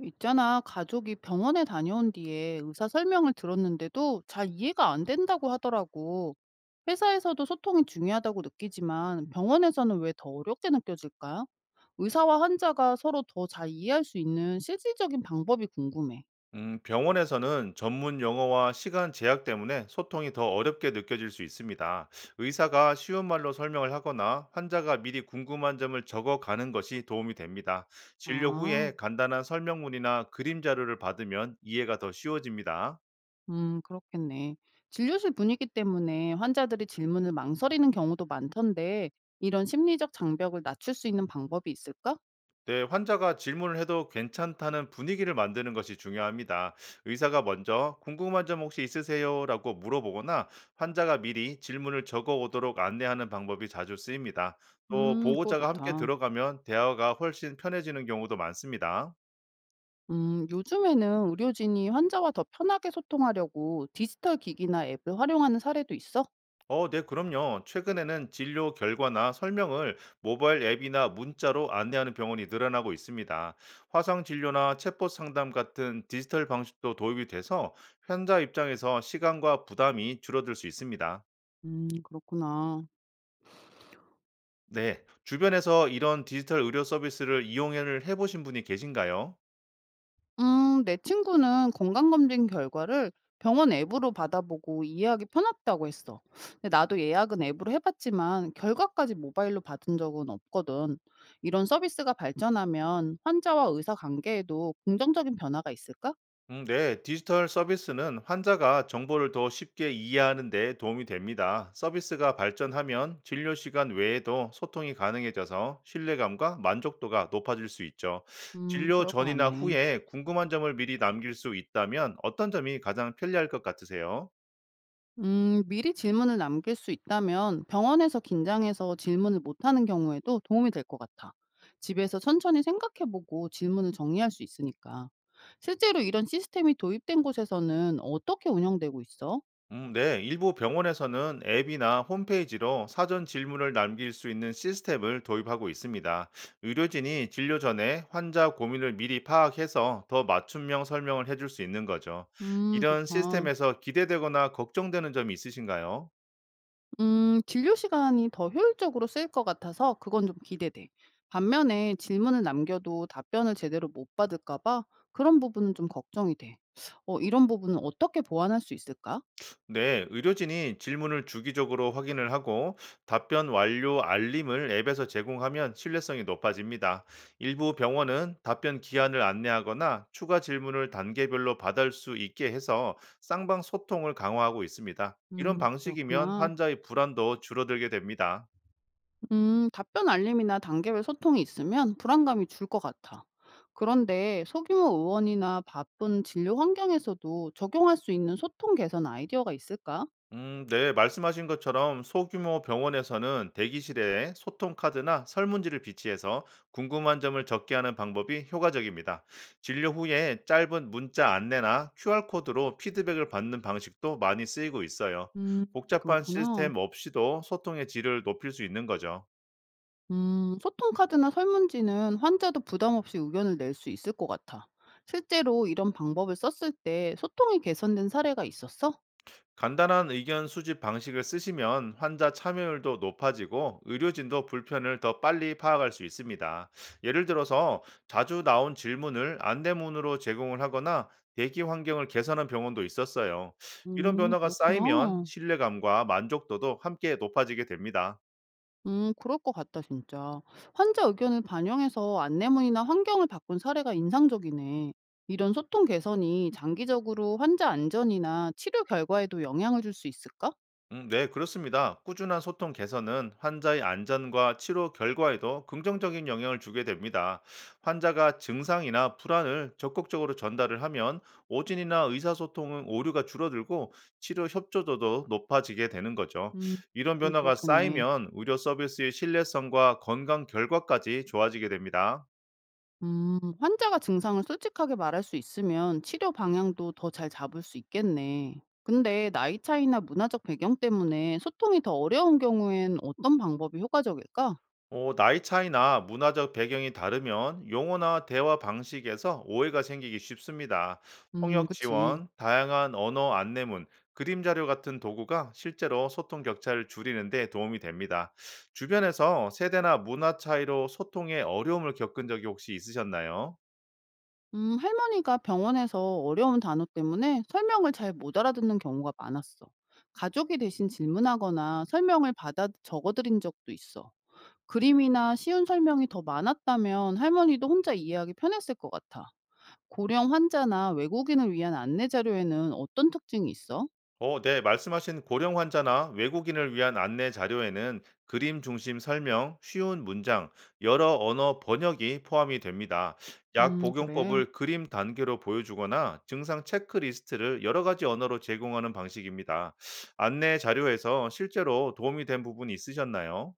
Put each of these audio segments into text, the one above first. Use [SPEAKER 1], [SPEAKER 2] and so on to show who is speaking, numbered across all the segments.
[SPEAKER 1] 있잖아, 가족이 병원에 다녀온 뒤에 의사 설명을 들었는데도 잘 이해가 안 된다고 하더라고. 회사에서도 소통이 중요하다고 느끼지만 병원에서는 왜 더 어렵게 느껴질까? 의사와 환자가 서로 더 잘 이해할 수 있는 실질적인 방법이 궁금해.
[SPEAKER 2] 병원에서는 전문 용어와 시간 제약 때문에 소통이 더 어렵게 느껴질 수 있습니다. 의사가 쉬운 말로 설명을 하거나 환자가 미리 궁금한 점을 적어 가는 것이 도움이 됩니다. 진료
[SPEAKER 1] 아,
[SPEAKER 2] 후에 간단한 설명문이나 그림 자료를 받으면 이해가 더 쉬워집니다.
[SPEAKER 1] 그렇겠네. 진료실 분위기 때문에 환자들이 질문을 망설이는 경우도 많던데 이런 심리적 장벽을 낮출 수 있는 방법이 있을까?
[SPEAKER 2] 네, 환자가 질문을 해도 괜찮다는 분위기를 만드는 것이 중요합니다. 의사가 먼저 궁금한 점 혹시 있으세요? 라고 물어보거나 환자가 미리 질문을 적어 오도록 안내하는 방법이 자주 쓰입니다. 또
[SPEAKER 1] 그거
[SPEAKER 2] 보호자가 함께
[SPEAKER 1] 좋다.
[SPEAKER 2] 들어가면 대화가 훨씬 편해지는 경우도 많습니다.
[SPEAKER 1] 요즘에는 의료진이 환자와 더 편하게 소통하려고 디지털 기기나 앱을 활용하는 사례도 있어?
[SPEAKER 2] 네, 그럼요. 최근에는 진료 결과나 설명을 모바일 앱이나 문자로 안내하는 병원이 늘어나고 있습니다. 화상 진료나 챗봇 상담 같은 디지털 방식도 도입이 돼서 환자 입장에서 시간과 부담이 줄어들 수 있습니다.
[SPEAKER 1] 그렇구나.
[SPEAKER 2] 네, 주변에서 이런 디지털 의료 서비스를 이용을 해보신 분이 계신가요?
[SPEAKER 1] 내 친구는 건강검진 결과를 병원 앱으로 받아보고 이해하기 편하다고 했어. 근데 나도 예약은 앱으로 해봤지만 결과까지 모바일로 받은 적은 없거든. 이런 서비스가 발전하면 환자와 의사 관계에도 긍정적인 변화가 있을까?
[SPEAKER 2] 네, 디지털 서비스는 환자가 정보를 더 쉽게 이해하는 데 도움이 됩니다. 서비스가 발전하면 진료 시간 외에도 소통이 가능해져서 신뢰감과 만족도가 높아질 수 있죠. 진료
[SPEAKER 1] 그럴 것
[SPEAKER 2] 전이나
[SPEAKER 1] 같네.
[SPEAKER 2] 후에 궁금한 점을 미리 남길 수 있다면 어떤 점이 가장 편리할 것 같으세요?
[SPEAKER 1] 미리 질문을 남길 수 있다면 병원에서 긴장해서 질문을 못하는 경우에도 도움이 될 것 같아. 집에서 천천히 생각해보고 질문을 정리할 수 있으니까. 실제로 이런 시스템이 도입된 곳에서는 어떻게 운영되고 있어?
[SPEAKER 2] 네. 일부 병원에서는 앱이나 홈페이지로 사전 질문을 남길 수 있는 시스템을 도입하고 있습니다. 의료진이 진료 전에 환자 고민을 미리 파악해서 더 맞춤형 설명을 해줄 수 있는 거죠. 이런
[SPEAKER 1] 좋다.
[SPEAKER 2] 시스템에서 기대되거나 걱정되는 점이 있으신가요?
[SPEAKER 1] 진료 시간이 더 효율적으로 쓰일 것 같아서 그건 좀 기대돼. 반면에 질문을 남겨도 답변을 제대로 못 받을까봐 그런 부분은 좀 걱정이 돼. 이런 부분은 어떻게 보완할 수 있을까?
[SPEAKER 2] 네, 의료진이 질문을 주기적으로 확인을 하고 답변 완료 알림을 앱에서 제공하면 신뢰성이 높아집니다. 일부 병원은 답변 기한을 안내하거나 추가 질문을 단계별로 받을 수 있게 해서 쌍방 소통을 강화하고 있습니다. 이런 방식이면
[SPEAKER 1] 그렇구나.
[SPEAKER 2] 환자의 불안도 줄어들게 됩니다.
[SPEAKER 1] 답변 알림이나 단계별 소통이 있으면 불안감이 줄 것 같아. 그런데 소규모 의원이나 바쁜 진료 환경에서도 적용할 수 있는 소통 개선 아이디어가 있을까?
[SPEAKER 2] 네, 말씀하신 것처럼 소규모 병원에서는 대기실에 소통 카드나 설문지를 비치해서 궁금한 점을 적게 하는 방법이 효과적입니다. 진료 후에 짧은 문자 안내나 QR코드로 피드백을 받는 방식도 많이 쓰이고 있어요.
[SPEAKER 1] 음,
[SPEAKER 2] 복잡한
[SPEAKER 1] 그렇구나.
[SPEAKER 2] 시스템 없이도 소통의 질을 높일 수 있는 거죠.
[SPEAKER 1] 소통 카드나 설문지는 환자도 부담 없이 의견을 낼 수 있을 것 같아. 실제로 이런 방법을 썼을 때 소통이 개선된 사례가 있었어?
[SPEAKER 2] 간단한 의견 수집 방식을 쓰시면 환자 참여율도 높아지고 의료진도 불편을 더 빨리 파악할 수 있습니다. 예를 들어서 자주 나온 질문을 안내문으로 제공을 하거나 대기 환경을 개선한 병원도 있었어요. 이런 변화가 쌓이면
[SPEAKER 1] 그렇구나.
[SPEAKER 2] 신뢰감과 만족도도 함께 높아지게 됩니다.
[SPEAKER 1] 그럴 것 같다, 진짜. 환자 의견을 반영해서 안내문이나 환경을 바꾼 사례가 인상적이네. 이런 소통 개선이 장기적으로 환자 안전이나 치료 결과에도 영향을 줄 수 있을까?
[SPEAKER 2] 네, 그렇습니다. 꾸준한 소통 개선은 환자의 안전과 치료 결과에도 긍정적인 영향을 주게 됩니다. 환자가 증상이나 불안을 적극적으로 전달을 하면 오진이나 의사소통은 오류가 줄어들고 치료 협조도도 높아지게 되는 거죠.
[SPEAKER 1] 음,
[SPEAKER 2] 이런 변화가
[SPEAKER 1] 그렇겠네.
[SPEAKER 2] 쌓이면 의료 서비스의 신뢰성과 건강 결과까지 좋아지게 됩니다.
[SPEAKER 1] 환자가 증상을 솔직하게 말할 수 있으면 치료 방향도 더 잘 잡을 수 있겠네. 근데 나이 차이나 문화적 배경 때문에 소통이 더 어려운 경우엔 어떤 방법이 효과적일까?
[SPEAKER 2] 나이 차이나 문화적 배경이 다르면 용어나 대화 방식에서 오해가 생기기 쉽습니다. 통역
[SPEAKER 1] 그치.
[SPEAKER 2] 지원, 다양한 언어 안내문, 그림 자료 같은 도구가 실제로 소통 격차를 줄이는 데 도움이 됩니다. 주변에서 세대나 문화 차이로 소통에 어려움을 겪은 적이 혹시 있으셨나요?
[SPEAKER 1] 할머니가 병원에서 어려운 단어 때문에 설명을 잘 못 알아듣는 경우가 많았어. 가족이 대신 질문하거나 설명을 받아 적어드린 적도 있어. 그림이나 쉬운 설명이 더 많았다면 할머니도 혼자 이해하기 편했을 것 같아. 고령 환자나 외국인을 위한 안내 자료에는 어떤 특징이 있어?
[SPEAKER 2] 네, 말씀하신 고령 환자나 외국인을 위한 안내 자료에는 그림 중심 설명, 쉬운 문장, 여러 언어 번역이 포함이 됩니다. 약
[SPEAKER 1] 그래.
[SPEAKER 2] 복용법을 그림 단계로 보여주거나 증상 체크리스트를 여러 가지 언어로 제공하는 방식입니다. 안내 자료에서 실제로 도움이 된 부분이 있으셨나요?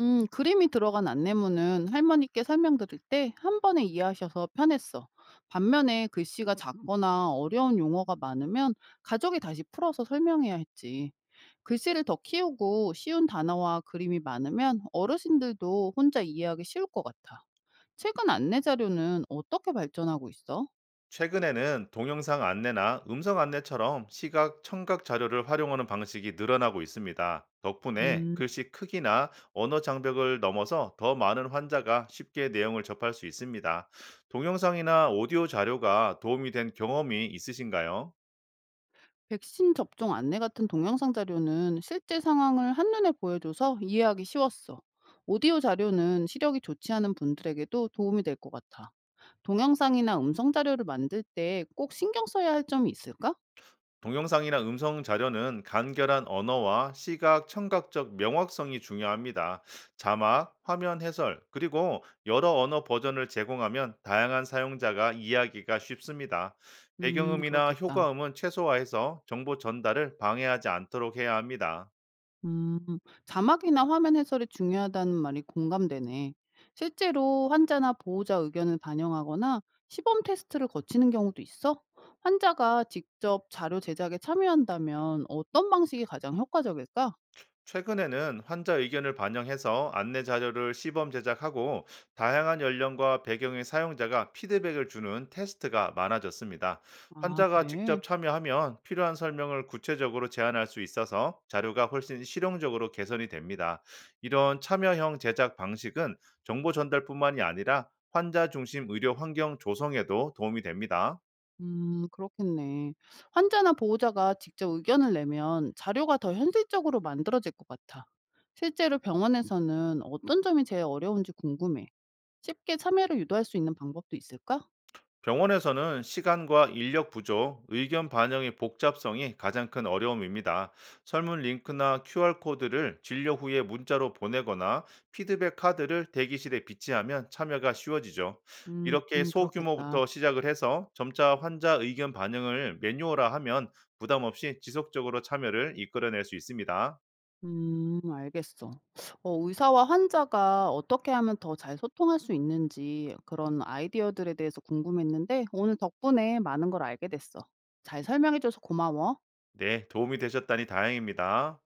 [SPEAKER 1] 그림이 들어간 안내문은 할머니께 설명드릴 때 한 번에 이해하셔서 편했어. 반면에 글씨가 작거나 어려운 용어가 많으면 가족이 다시 풀어서 설명해야 했지. 글씨를 더 키우고 쉬운 단어와 그림이 많으면 어르신들도 혼자 이해하기 쉬울 것 같아. 최근 안내 자료는 어떻게 발전하고 있어?
[SPEAKER 2] 최근에는 동영상 안내나 음성 안내처럼 시각, 청각 자료를 활용하는 방식이 늘어나고 있습니다. 덕분에
[SPEAKER 1] 음.
[SPEAKER 2] 글씨 크기나 언어 장벽을 넘어서 더 많은 환자가 쉽게 내용을 접할 수 있습니다. 동영상이나 오디오 자료가 도움이 된 경험이 있으신가요?
[SPEAKER 1] 백신 접종 안내 같은 동영상 자료는 실제 상황을 한눈에 보여줘서 이해하기 쉬웠어. 오디오 자료는 시력이 좋지 않은 분들에게도 도움이 될 것 같아. 동영상이나 음성 자료를 만들 때 꼭 신경 써야 할 점이 있을까?
[SPEAKER 2] 동영상이나 음성 자료는 간결한 언어와 시각, 청각적 명확성이 중요합니다. 자막, 화면 해설, 그리고 여러 언어 버전을 제공하면 다양한 사용자가 이해하기가 쉽습니다. 배경음이나
[SPEAKER 1] 그렇겠다.
[SPEAKER 2] 효과음은 최소화해서 정보 전달을 방해하지 않도록 해야 합니다.
[SPEAKER 1] 음, 자막이나 화면 해설이 중요하다는 말이 공감되네. 실제로 환자나 보호자 의견을 반영하거나 시범 테스트를 거치는 경우도 있어? 환자가 직접 자료 제작에 참여한다면 어떤 방식이 가장 효과적일까?
[SPEAKER 2] 최근에는 환자 의견을 반영해서 안내 자료를 시범 제작하고 다양한 연령과 배경의 사용자가 피드백을 주는 테스트가 많아졌습니다.
[SPEAKER 1] 아,
[SPEAKER 2] 환자가
[SPEAKER 1] 그래.
[SPEAKER 2] 직접 참여하면 필요한 설명을 구체적으로 제안할 수 있어서 자료가 훨씬 실용적으로 개선이 됩니다. 이런 참여형 제작 방식은 정보 전달뿐만이 아니라 환자 중심 의료 환경 조성에도 도움이 됩니다.
[SPEAKER 1] 그렇겠네. 환자나 보호자가 직접 의견을 내면 자료가 더 현실적으로 만들어질 것 같아. 실제로 병원에서는 어떤 점이 제일 어려운지 궁금해. 쉽게 참여를 유도할 수 있는 방법도 있을까?
[SPEAKER 2] 병원에서는 시간과 인력 부족, 의견 반영의 복잡성이 가장 큰 어려움입니다. 설문 링크나 QR코드를 진료 후에 문자로 보내거나 피드백 카드를 대기실에 비치하면 참여가 쉬워지죠. 이렇게
[SPEAKER 1] 그렇겠다.
[SPEAKER 2] 소규모부터 시작을 해서 점차 환자 의견 반영을 매뉴얼화하면 부담 없이 지속적으로 참여를 이끌어낼 수 있습니다.
[SPEAKER 1] 알겠어. 의사와 환자가 어떻게 하면 더 잘 소통할 수 있는지 그런 아이디어들에 대해서 궁금했는데 오늘 덕분에 많은 걸 알게 됐어. 잘 설명해 줘서 고마워.
[SPEAKER 2] 네, 도움이 되셨다니 다행입니다.